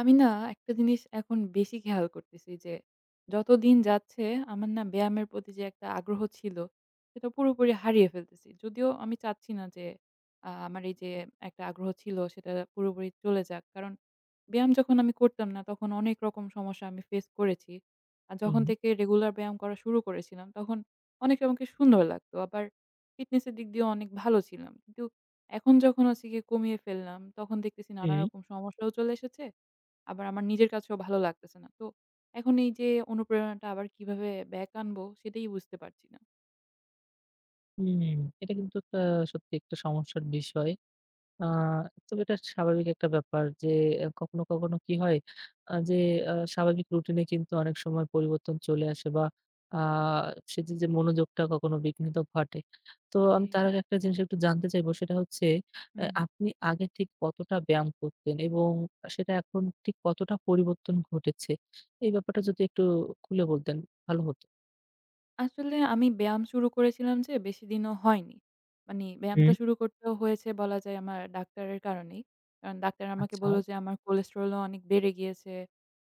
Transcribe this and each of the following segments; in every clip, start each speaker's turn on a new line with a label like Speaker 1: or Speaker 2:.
Speaker 1: আমি না একটা জিনিস এখন বেশি খেয়াল করতেছি যে, যতদিন যাচ্ছে আমার না ব্যায়ামের প্রতি যে একটা আগ্রহ ছিল, সেটা পুরোপুরি হারিয়ে ফেলতেছি। যদিও আমি চাচ্ছি না যে আমার এই যে একটা আগ্রহ ছিল সেটা পুরোপুরি চলে যাক। কারণ ব্যায়াম যখন আমি করতাম না তখন অনেক রকম সমস্যা আমি ফেস করেছি। আর
Speaker 2: হুম,
Speaker 1: যখন থেকে রেগুলার ব্যায়াম করা শুরু করেছিলাম তখন অনেকটা আমাকে সুন্দর লাগতো। আবার ফিটনেস এর দিক দিয়েও অনেক ভালো ছিলাম। কিন্তু এখন যখন হচ্ছে গিয়ে কমিয়ে ফেললাম তখন দেখতেছি নানা
Speaker 2: হুম,
Speaker 1: রকম সমস্যাও চলে এসেছে। আবার আমার নিজের কাছেও ভালো লাগতেছে না। তো এখন এই যে অনুপ্রেরণাটা আবার কিভাবে back আনবো সেটাই বুঝতে পারছি না।
Speaker 2: হুম। এটা কিন্তু একটা সত্যি একটা সমস্যার বিষয়। আ তবে এটা স্বাভাবিক একটা ব্যাপার যে কখনো, কখনো কি হয়, যে স্বাভাবিক রুটিনে কিন্তু অনেক সময় পরিবর্তন চলে আসে বা আ সেটি যে মনোযোগটা কখনো বিঘ্নিত ঘটে। তো
Speaker 1: জি,
Speaker 2: আমি তার আগে একটা জিনিস একটু জানতে চাইবো, সেটা হচ্ছে
Speaker 1: হুম।
Speaker 2: আপনি আগে ঠিক কতটা ব্যায়াম করতেন এবং সেটা এখন ঠিক কতটা পরিবর্তন ঘটেছে? এই ব্যাপারটা যদি একটু খুলে বলতেন, ভালো হতো।
Speaker 1: আসলে আমি ব্যায়াম শুরু করেছিলাম যে বেশিদিনও হয়নি। মানে ব্যায়ামটা
Speaker 2: হুম।
Speaker 1: শুরু করতেও হয়েছে বলা যায় আমার ডাক্তারের কারণেই। কারণ ডাক্তার আমাকে
Speaker 2: আচ্ছা।
Speaker 1: বলল যে আমার কোলেস্টেরলও অনেক বেড়ে গিয়েছে,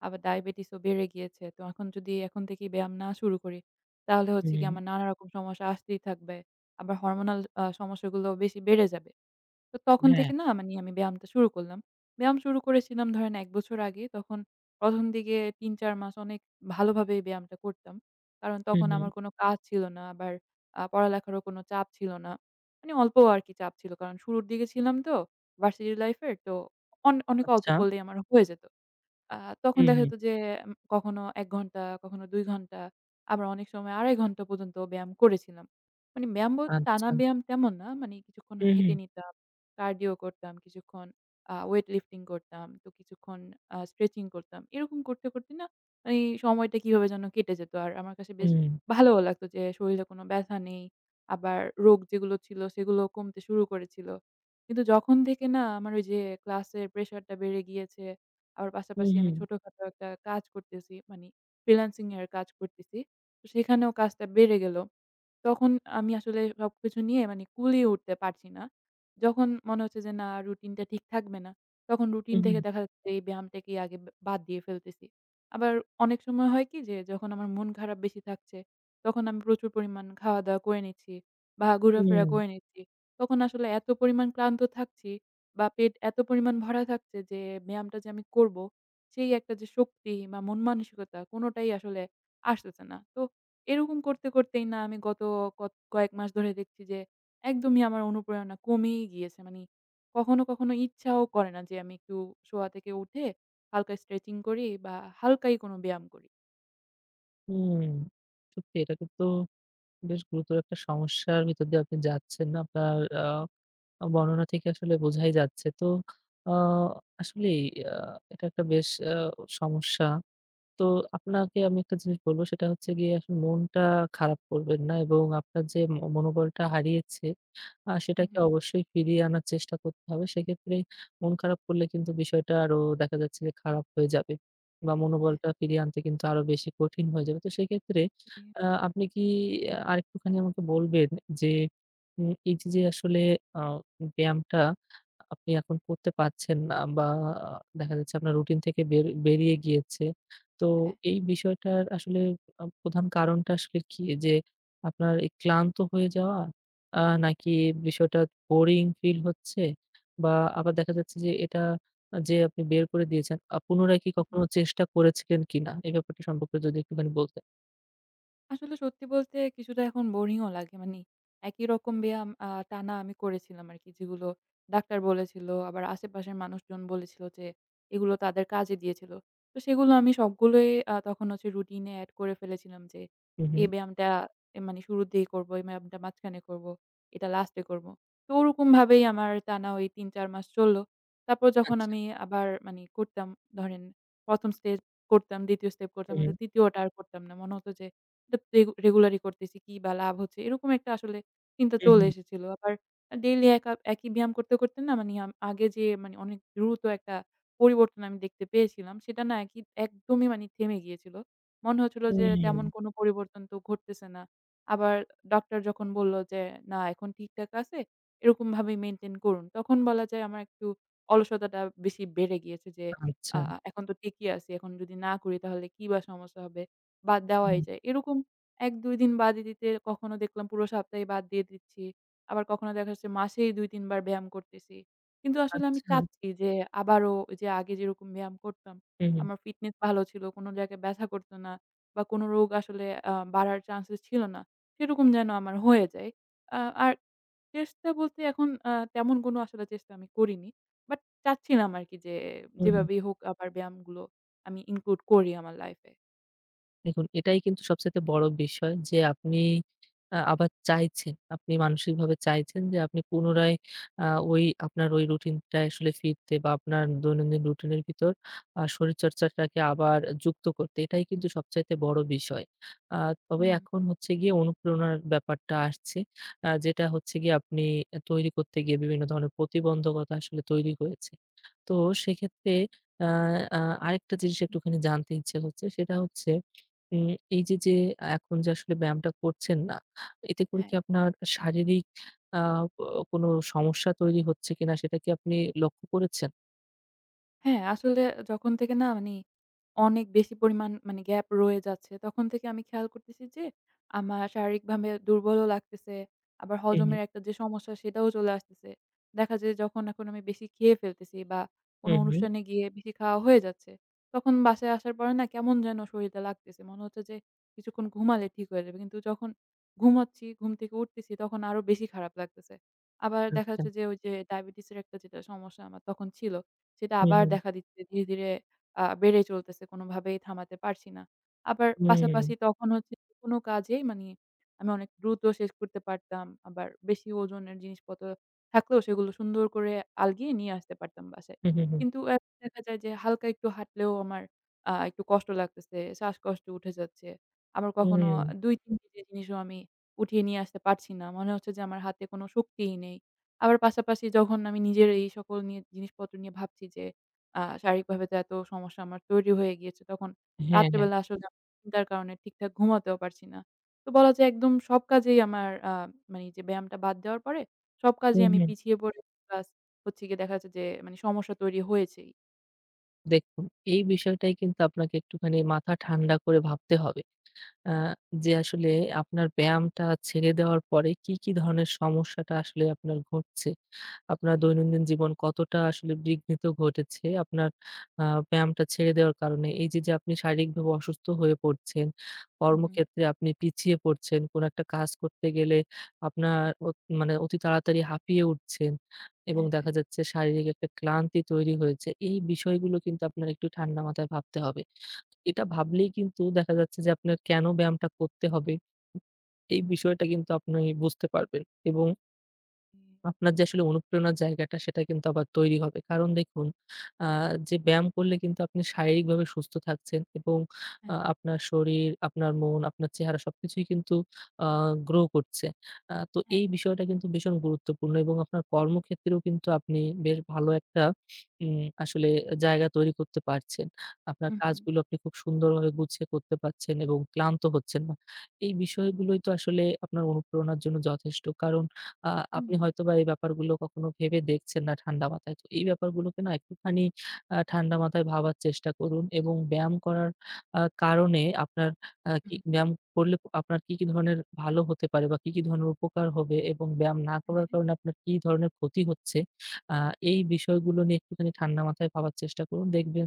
Speaker 1: আবার ডায়াবেটিসও বেড়ে গিয়েছে। তো এখন যদি এখন থেকেই ব্যায়াম না শুরু করি, তাহলে হচ্ছে গিয়ে
Speaker 2: হুম,
Speaker 1: আমার নানা রকম সমস্যা আসতেই থাকবে। আবার হরমোনাল সমস্যাগুলো বেশি বেড়ে যাবে। তো তখন
Speaker 2: হ্যাঁ।
Speaker 1: থেকে না মানে আমি ব্যায়ামটা শুরু করলাম। ব্যায়াম শুরু করেছিলাম ধরেন ১ বছর আগে। তখন ১ম দিকে ৩-৪ মাস অনেক ভালোভাবে ব্যায়ামটা করতাম। কারণ
Speaker 2: হুম,
Speaker 1: তখন
Speaker 2: হুম।
Speaker 1: আমার কোনো কাজ ছিল না। আবার পড়ালেখারও কোনো চাপ ছিল না। মানে অল্প আরকি চাপ ছিল। কারণ শুরুর দিকে ছিলাম তো ভার্সিটি লাইফের তো অনেক অল্প
Speaker 2: আচ্ছা।
Speaker 1: পড়লেই আমার হয়ে যেত। আ তখন
Speaker 2: হুম,
Speaker 1: দেখা
Speaker 2: হুম।
Speaker 1: যেত যে কখনো ১ ঘন্টা, কখনো ২ ঘন্টা, আবার অনেক সময় ২.৫ ঘন্টা পর্যন্ত ব্যায়াম করেছিলাম। মানে ব্যায়াম বলতে টানা
Speaker 2: আচ্ছা।
Speaker 1: ব্যায়াম তেমন না। মানে কিছুক্ষণ
Speaker 2: হুম, হুম।
Speaker 1: হেঁটে নিতাম, কার্ডিও করতাম, কিছুক্ষণ ওয়েট লিফটিং করতাম, তো কিছুক্ষণ স্ট্রেচিং করতাম। এরকম করতে, করতে না মানে সময়টা কিভাবে যেন কেটে যেত। আর আমার কাছে বেশ
Speaker 2: হুম,
Speaker 1: ভালোও লাগতো যে শরীরে কোনো ব্যথা নেই। আবার রোগ যেগুলো ছিল সেগুলো কমতে শুরু করেছিল। কিন্তু যখন থেকে না আমার ওই যে ক্লাসের প্রেশারটা বেড়ে গিয়েছে আবার পাশাপাশি
Speaker 2: হুম,
Speaker 1: আমি ছোটখাটো একটা কাজ করতেছি মানে ফ্রিল্যান্সিং এর কাজ করতেছি। তো সেখানেও কাজটা বেড়ে গেল। তখন আমি আসলে সবকিছু নিয়ে মানে কুলিয়ে উঠতে পারছি না। যখন মনে হচ্ছে যে না রুটিনটা ঠিক থাকবে না, তখন রুটিন
Speaker 2: হুম,
Speaker 1: থেকে দেখা যাচ্ছে এই ব্যায়ামটাকেই আগে বাদ দিয়ে ফেলতেছি। আবার অনেক সময় হয় কি যে যখন আমার মন খারাপ বেশি থাকছে, তখন আমি প্রচুর পরিমাণ খাওয়া-দাওয়া করে নিচ্ছি বা ঘোরাফেরা
Speaker 2: হুম,
Speaker 1: করে নিচ্ছি। তখন আসলে এত পরিমাণ ক্লান্ত থাকছি বা পেট এত পরিমাণ ভরা থাকছে যে ব্যায়ামটা যে আমি করব, সেই একটা যে শক্তি বা মন মানসিকতা কোনটাই আসলে আসতেছে না। তো এরকম করতে, করতেই না আমি গত কয়েক মাস ধরে দেখছি যে একদমই আমার অনুপ্রেরণা কমেই গিয়েছে। মানে কখনো, কখনো ইচ্ছাও করে না যে আমি একটু শোয়া থেকে উঠে হালকা স্ট্রেচিং করি বা হালকাই কোনো ব্যায়াম করি।
Speaker 2: হুম, হুম। সত্যি এটা কিন্তু বেশ গুরুতর একটা সমস্যার ভিতর দিয়ে আপনি যাচ্ছেন। আপনার আ বর্ণনা থেকে আসলে বোঝাই যাচ্ছে। তো আ আসলেই আ এটা একটা বেশ সমস্যা। তো আপনাকে আমি একটা জিনিস বলবো, সেটা হচ্ছে গিয়ে আসলে মনটা খারাপ করবেন না এবং আপনার যে মনোবলটা হারিয়েছে,
Speaker 1: হুম,
Speaker 2: সেটাকে
Speaker 1: হুম।
Speaker 2: অবশ্যই ফিরিয়ে আনার চেষ্টা করতে হবে। সেক্ষেত্রে মন খারাপ করলে কিন্তু বিষয়টা আরো দেখা যাচ্ছে যে খারাপ হয়ে যাবে বা
Speaker 1: হ্যাঁ,
Speaker 2: মনোবলটা ফিরিয়ে আনতে কিন্তু আরো বেশি কঠিন হয়ে যাবে। তো সেক্ষেত্রে
Speaker 1: জি।
Speaker 2: আপনি কি আরেকটুখানি আমাকে বলবেন যে এই যে আসলে আ ব্যায়ামটা আপনি এখন করতে পারছেন না, বা দেখা যাচ্ছে আপনার রুটিন থেকে বেরিয়ে গিয়েছে। তো
Speaker 1: হ্যাঁ।
Speaker 2: এই বিষয়টার আসলে প্রধান কারণটা আসলে কি? যে আপনার এই ক্লান্ত হয়ে যাওয়া? আ নাকি বিষয়টা বোরিং ফিল হচ্ছে? বা আবার দেখা যাচ্ছে যে এটা, যে আপনি বের করে দিয়েছেন, পুনরায় কি
Speaker 1: হুম, হুম।
Speaker 2: কখনো চেষ্টা করেছিলেন কিনা? এই ব্যাপারটা সম্পর্কে যদি একটুখানি বলতেন।
Speaker 1: আসলে সত্যি বলতে কিছুটা এখন বোরিংও লাগে। মানে একই রকম ব্যায়াম টানা আমি করেছিলাম আরকি। যেগুলো ডাক্তার বলেছিল, আবার আশেপাশের মানুষজন বলেছিল যে, এগুলো তাদের কাজে দিয়েছিল। তো সেগুলো আমি সবগুলোই তখন হচ্ছে রুটিনে এড করে ফেলেছিলাম যে,
Speaker 2: হু, হু।
Speaker 1: এই ব্যায়ামটা মানে শুরুর দিকে করব, এই ব্যায়ামটা মাঝখানে করব, এটা লাস্টে করব। তো ওরকমভাবেই আমার টানা ওই ৩-৪ মাস চলল। তারপর যখন
Speaker 2: আচ্ছা।
Speaker 1: আমি আবার মানে করতাম, ধরেন ১ম স্টেপ করতাম, ২য় স্টেপ
Speaker 2: হু,
Speaker 1: করতাম,
Speaker 2: হু।
Speaker 1: কিন্তু ৩য় টা আর করতাম না। মনে হতো যে এটা রেগুলারই করতেছি কি বা লাভ হচ্ছে? এরকম একটা আসলে চিন্তা
Speaker 2: হু,
Speaker 1: চলে
Speaker 2: হু।
Speaker 1: এসেছিল। আবার ডেইলি একা একই ব্যায়াম করতে, করতে না মানে আগে যে মানে অনেক দ্রুত একটা পরিবর্তন আমি দেখতে পেয়েছিলাম সেটা না একদমই মানে থেমে গিয়েছিল। মনে হচ্ছিল যে
Speaker 2: হুম।
Speaker 1: তেমন কোনো পরিবর্তন তো ঘটতেছে না। আবার ডক্টর যখন বলল যে, "না এখন ঠিকঠাক আছে, এরকমভাবেই মেইনটেইন করুন।" তখন বলা যায় আমার একটু অলসতাটা বেশি বেড়ে গিয়েছে যে, আ
Speaker 2: আচ্ছা।
Speaker 1: এখন তো ঠিকই আছি। এখন যদি না করি তাহলে কি বা সমস্যা হবে? বাদ দেওয়াই
Speaker 2: হুম।
Speaker 1: যায়। এরকম ১-২ দিন বাদই দিতে কখনো দেখলাম পুরো সপ্তাহে বাদ দিয়ে দিচ্ছি। আবার কখনো দেখা যাচ্ছে মাসেই ২-৩ বার ব্যায়াম করতেছি। কিন্তু আসলে আমি
Speaker 2: আচ্ছা।
Speaker 1: চাচ্ছি যে আবারও ওই যে আগে যেরকম ব্যায়াম করতাম,
Speaker 2: হু, হু।
Speaker 1: আমার ফিটনেস ভালো ছিল, কোনো জায়গায় ব্যাথা করত না বা কোনো রোগ আসলে বাড়ার চান্সেস ছিল না। সেরকম যেন আমার হয়ে যায়। আ আর চেষ্টা বলতে এখন তেমন কোনো আসলে চেষ্টা আমি করিনি। বাট চাচ্ছিলাম আরকি যে
Speaker 2: হু, হু।
Speaker 1: যেভাবেই হোক আবার ব্যায়ামগুলো আমি ইনক্লুড করি আমার লাইফ এ।
Speaker 2: দেখুন, এটাই কিন্তু সবচাইতে বড় বিষয় যে আপনি আবার চাইছেন। আপনি মানসিকভাবে চাইছেন যে আপনি পুনরায় আ ওই আপনার ওই রুটিনটায় আসলে ফিরতে, বা আপনার দৈনন্দিন রুটিনের ভিতর শরীরচর্চাটাকে আবার যুক্ত করতে। এটাই কিন্তু সবচাইতে বড় বিষয়। আ তবে
Speaker 1: হুম,
Speaker 2: এখন হচ্ছে গিয়ে অনুপ্রেরণার ব্যাপারটা আসছে। যেটা হচ্ছে গিয়ে আপনি তৈরি করতে গিয়ে বিভিন্ন ধরনের প্রতিবন্ধকতা আসলে তৈরি হয়েছে। তো সেক্ষেত্রে আ আ আরেকটা জিনিস একটুখানি জানতে ইচ্ছে হচ্ছে, সেটা হচ্ছে উম এই যে এখন যে আসলে ব্যায়ামটা করছেন না, এতে করে কি
Speaker 1: হ্যাঁ।
Speaker 2: আপনার শারীরিক আ ও কোনো সমস্যা তৈরি হচ্ছে কিনা সেটা কি আপনি লক্ষ্য করেছেন?
Speaker 1: হ্যাঁ, আসলে যখন থেকে না মানে অনেক বেশি পরিমাণ মানে গ্যাপ রয়ে যাচ্ছে, তখন থেকে আমি খেয়াল করতেছি যে আমার শারীরিকভাবে দুর্বলও লাগতেছে। আবার
Speaker 2: হুম, হুম,
Speaker 1: হজমের একটা যে সমস্যা সেটাও চলে আসতেছে। দেখা যায় যখন এখন আমি বেশি খেয়ে ফেলতেছি বা কোনো
Speaker 2: হুম, হুম।
Speaker 1: অনুষ্ঠানে গিয়ে বেশি খাওয়া হয়ে যাচ্ছে, তখন বাসায় আসার পরে না কেমন যেন শরীরটা লাগতেছে। মনে হচ্ছে যে কিছুক্ষণ ঘুমালে ঠিক হয়ে যাবে। কিন্তু যখন ঘুমাচ্ছি, ঘুম থেকে উঠতেছি তখন আরো বেশি খারাপ লাগতেছে। আবার দেখা
Speaker 2: আচ্ছা।
Speaker 1: যাচ্ছে যে ওই যে ডায়াবেটিসের একটা যেটা সমস্যা আমার তখন ছিল সেটা
Speaker 2: হুম,
Speaker 1: আবার
Speaker 2: হুম,
Speaker 1: দেখা দিচ্ছে ধীরে, ধীরে বেড়ে চলতেছে। কোনোভাবেই থামাতে পারছি না। আবার পাশাপাশি তখন হচ্ছে কোনো কাজেই মানে আমি অনেক দ্রুত শেষ করতে পারতাম। আবার বেশি ওজনের জিনিসপত্র থাকলেও সেগুলো সুন্দর করে আলগিয়ে নিয়ে আসতে পারতাম বাসায়।
Speaker 2: হুম, হুম, হুম, হুম।
Speaker 1: কিন্তু এখন দেখা যায় যে হালকা একটু হাঁটলেও আমার একটু কষ্ট লাগতেছে, শ্বাসকষ্ট উঠে যাচ্ছে। আবার কখনো
Speaker 2: হুম,
Speaker 1: ২-৩ কেজি জিনিসও আমি উঠিয়ে নিয়ে আসতে পারছি না। মনে হচ্ছে যে আমার হাতে কোনো শক্তিই নেই। আবার পাশাপাশি যখন আমি নিজের এই সকল নিয়ে জিনিসপত্র নিয়ে ভাবছি যে শারীরিকভাবে তো এত সমস্যা আমার তৈরি হয়ে গিয়েছে, তখন
Speaker 2: হ্যাঁ, হ্যাঁ।
Speaker 1: রাত্রেবেলা আসলে আমি চিন্তার কারণে ঠিকঠাক ঘুমাতেও পারছি না। তো বলা যায় একদম সব কাজেই আমার মানে এই যে ব্যায়ামটা বাদ দেওয়ার পরে সব
Speaker 2: হুম,
Speaker 1: কাজেই আমি
Speaker 2: হুম।
Speaker 1: পিছিয়ে পড়েছি প্লাস হচ্ছে গিয়ে দেখা যাচ্ছে যে মানে সমস্যা তৈরি হয়েছেই।
Speaker 2: দেখুন, এই বিষয়টাই কিন্তু আপনাকে একটুখানি মাথা ঠান্ডা করে ভাবতে হবে। আ যে আসলে আপনার ব্যায়ামটা ছেড়ে দেওয়ার পরে কি, কি ধরনের সমস্যাটা আসলে আপনার ঘটছে? আপনার
Speaker 1: জি।
Speaker 2: দৈনন্দিন জীবন কতটা আসলে বিঘ্নিত ঘটেছে আপনার আ ব্যায়ামটা ছেড়ে দেওয়ার কারণে? এই যে, যে আপনি শারীরিকভাবে অসুস্থ হয়ে পড়ছেন,
Speaker 1: হু, হু।
Speaker 2: কর্মক্ষেত্রে আপনি পিছিয়ে পড়ছেন, কোনো একটা কাজ করতে গেলে আপনার অত মানে অতি তাড়াতাড়ি হাঁপিয়ে উঠছেন এবং
Speaker 1: হ্যাঁ,
Speaker 2: দেখা যাচ্ছে শারীরিক একটা ক্লান্তি তৈরি হয়েছে। এই বিষয়গুলো কিন্তু আপনার একটু ঠান্ডা মাথায় ভাবতে হবে। এটা ভাবলেই কিন্তু দেখা যাচ্ছে যে আপনার কেন ব্যায়ামটা করতে হবে? এই বিষয়টা কিন্তু আপনি বুঝতে পারবেন এবং আপনার যে আসলে অনুপ্রেরণার জায়গাটা, সেটা কিন্তু আবার তৈরি হবে। কারণ দেখুন, আ যে ব্যায়াম করলে কিন্তু আপনি শারীরিকভাবে সুস্থ থাকছেন এবং
Speaker 1: হ্যাঁ,
Speaker 2: আপনার শরীর, আপনার মন, আপনার চেহারা সবকিছুই কিন্তু আ গ্রো করছে। তো
Speaker 1: হ্যাঁ।
Speaker 2: এই বিষয়টা কিন্তু ভীষণ গুরুত্বপূর্ণ এবং আপনার কর্মক্ষেত্রেও কিন্তু আপনি বেশ ভালো একটা আসলে জায়গা তৈরি করতে পারছেন। আপনার
Speaker 1: হু, হু,
Speaker 2: কাজগুলো আপনি খুব সুন্দরভাবে গুছিয়ে করতে পারছেন এবং ক্লান্ত হচ্ছেন না। এই বিষয়গুলোই তো আসলে আপনার অনুপ্রেরণার জন্য যথেষ্ট। কারণ আ
Speaker 1: হু,
Speaker 2: আপনি হয়তোবা এই ব্যাপারগুলো কখনো ভেবে দেখছেন না ঠান্ডা মাথায়। তো এই ব্যাপারগুলোকে না একটুখানি ঠান্ডা মাথায় ভাবার চেষ্টা করুন এবং ব্যায়াম করার কারণে আপনার
Speaker 1: হু,
Speaker 2: কি
Speaker 1: হু, হু।
Speaker 2: ব্যায়াম করলে আপনার কি, কি ধরনের ভালো হতে পারে বা কি, কি ধরনের উপকার হবে এবং ব্যায়াম না করার
Speaker 1: হ্যাঁ,
Speaker 2: কারণে আপনার কি ধরনের ক্ষতি হচ্ছে, আ এই বিষয়গুলো নিয়ে একটুখানি ঠান্ডা মাথায় ভাবার চেষ্টা করুন। দেখবেন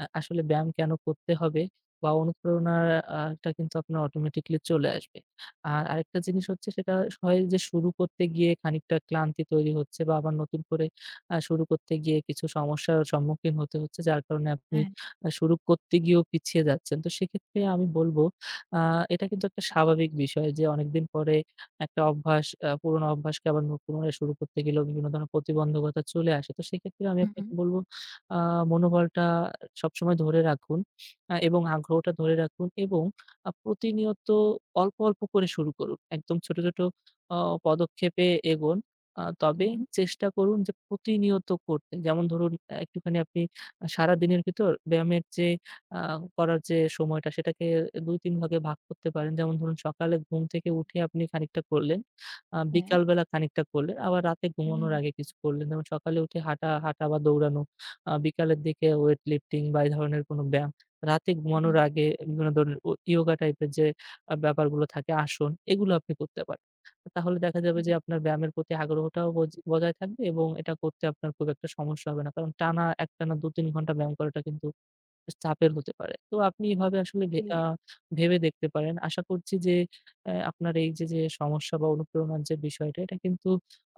Speaker 2: আসলে ব্যায়াম কেন করতে হবে বা অনুপ্রেরণা টা কিন্তু আপনার অটোমেটিক্যালি চলে আসবে। আর আরেকটা জিনিস হচ্ছে, সেটা হয় যে শুরু করতে গিয়ে খানিকটা ক্লান্তি তৈরি হচ্ছে বা আবার নতুন করে শুরু করতে গিয়ে কিছু সমস্যার সম্মুখীন হতে হচ্ছে, যার কারণে আপনি
Speaker 1: হ্যাঁ।
Speaker 2: শুরু করতে গিয়েও পিছিয়ে যাচ্ছেন। তো সেক্ষেত্রে
Speaker 1: জি।
Speaker 2: আমি বলব, আ এটা কিন্তু একটা স্বাভাবিক বিষয় যে অনেকদিন পরে একটা অভ্যাস, পুরোনো অভ্যাসকে আবার পুনরায় শুরু করতে গেলেও বিভিন্ন ধরনের প্রতিবন্ধকতা চলে আসে। তো সেক্ষেত্রে আমি
Speaker 1: হু, হু,
Speaker 2: আপনাকে বলব, আ মনোবলটা সবসময় ধরে রাখুন এবং আগ্রহটা ধরে রাখুন এবং প্রতিনিয়ত অল্প, অল্প করে শুরু করুন। একদম ছোট, ছোট অ পদক্ষেপে এগোন।
Speaker 1: হু,
Speaker 2: তবে
Speaker 1: হু।
Speaker 2: চেষ্টা করুন যে প্রতিনিয়ত করতে। যেমন ধরুন, একটুখানি আপনি সারাদিনের ভিতর ব্যায়ামের যে আ করার যে সময়টা, সেটাকে ২-৩ ভাগে ভাগ করতে পারেন। যেমন ধরুন, সকালে ঘুম থেকে উঠে আপনি খানিকটা করলেন,
Speaker 1: হ্যাঁ।
Speaker 2: বিকালবেলা খানিকটা করলেন, আবার রাতে
Speaker 1: হু,
Speaker 2: ঘুমানোর
Speaker 1: হু,
Speaker 2: আগে কিছু করলেন। যেমন সকালে উঠে হাঁটা, হাঁটা বা দৌড়ানো, বিকালের দিকে ওয়েট লিফটিং বা এই ধরনের কোনো ব্যায়াম, রাতে
Speaker 1: হু, হু।
Speaker 2: ঘুমানোর আগে বিভিন্ন ধরনের ও ইয়োগা টাইপের যে ব্যাপারগুলো থাকে আসন, এগুলো আপনি করতে পারেন। তাহলে দেখা যাবে যে
Speaker 1: হ্যাঁ,
Speaker 2: আপনার ব্যায়ামের প্রতি আগ্রহটাও বজায় থাকবে এবং এটা করতে আপনার খুব একটা সমস্যা হবে না। কারণ টানা একটানা ২-৩ ঘন্টা ব্যায়াম করাটা কিন্তু বেশ চাপের হতে পারে। তো আপনি এভাবে আসলে ভে
Speaker 1: জি।
Speaker 2: আ ভেবে দেখতে পারেন। আশা করছি যে আপনার এই যে সমস্যা বা অনুপ্রেরণার যে বিষয়টা, এটা কিন্তু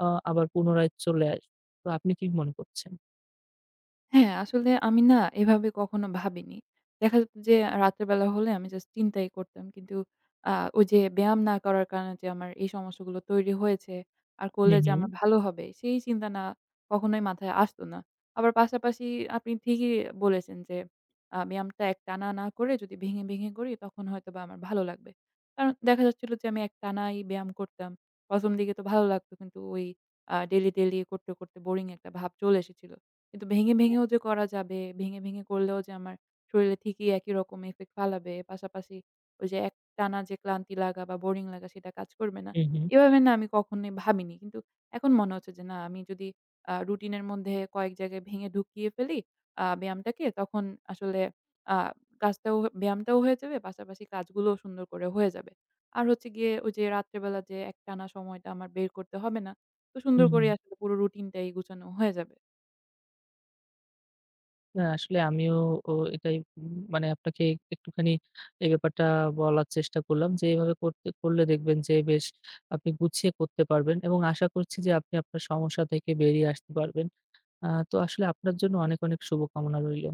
Speaker 2: আবার পুনরায় চলে আসবে। তো আপনি কি মনে করছেন?
Speaker 1: হ্যাঁ, আসলে আমি না এভাবে কখনো ভাবিনি। দেখা যেত যে রাতের বেলা হলে আমি জাস্ট চিন্তাই করতাম। কিন্তু আ ওই যে ব্যায়াম না করার কারণে যে আমার এই সমস্যাগুলো তৈরি হয়েছে আর
Speaker 2: হু,
Speaker 1: করলে যে
Speaker 2: হু।
Speaker 1: আমার ভালো হবে সেই চিন্তা না কখনোই মাথায় আসতো না। আবার পাশাপাশি আপনি ঠিকই বলেছেন যে ব্যায়ামটা একটানা না করে যদি ভেঙে, ভেঙে করি তখন হয়তোবা আমার ভালো লাগবে। কারণ দেখা যাচ্ছিল যে আমি একটানাই ব্যায়াম করতাম। ১ম দিকে তো ভালো লাগতো কিন্তু ওই ডেইলি, ডেইলি করতে, করতে বোরিং একটা ভাব চলে এসেছিল। কিন্তু ভেঙে, ভেঙেও যে করা যাবে, ভেঙে, ভেঙে করলেও যে আমার শরীরে ঠিকই একই রকম ইফেক্ট ফালাবে। পাশাপাশি ওই যে একটানা যে ক্লান্তি লাগা বা বোরিং লাগা সেটা কাজ করবে না।
Speaker 2: হু, হু।
Speaker 1: এভাবে না আমি কখনোই ভাবিনি। কিন্তু এখন মনে হচ্ছে যে না আমি যদি রুটিনের মধ্যে কয়েক জায়গায় ভেঙে ঢুকিয়ে ফেলি ব্যায়ামটাকে তখন আসলে আ ব্যায়ামটাও হয়ে যাবে, পাশাপাশি কাজগুলোও সুন্দর করে হয়ে যাবে। আর হচ্ছে গিয়ে ওই যে রাত্রেবেলা যে একটানা সময়টা আমার বের করতে হবে না। তো
Speaker 2: হু,
Speaker 1: সুন্দর
Speaker 2: হু।
Speaker 1: করে আসলে পুরো রুটিনটাই গুছানো হয়ে যাবে।
Speaker 2: না, আসলে আমিও এটাই মানে আপনাকে একটুখানি এই ব্যাপারটা বলার চেষ্টা করলাম যে এভাবে করতে করলে দেখবেন যে বেশ আপনি গুছিয়ে করতে পারবেন এবং আশা করছি যে আপনি আপনার সমস্যা থেকে বেরিয়ে আসতে পারবেন। তো আসলে আপনার জন্য অনেক, অনেক শুভকামনা রইল।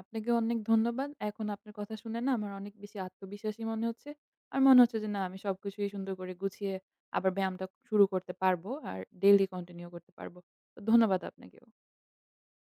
Speaker 1: আপনাকেও অনেক ধন্যবাদ। এখন আপনার কথা শুনে না আমার অনেক বেশি আত্মবিশ্বাসী মনে হচ্ছে। আর মনে হচ্ছে যে না আমি সবকিছুই সুন্দর করে গুছিয়ে আবার ব্যায়ামটা শুরু করতে পারবো। আর ডেইলি কন্টিনিউ করতে পারবো। তো ধন্যবাদ আপনাকেও।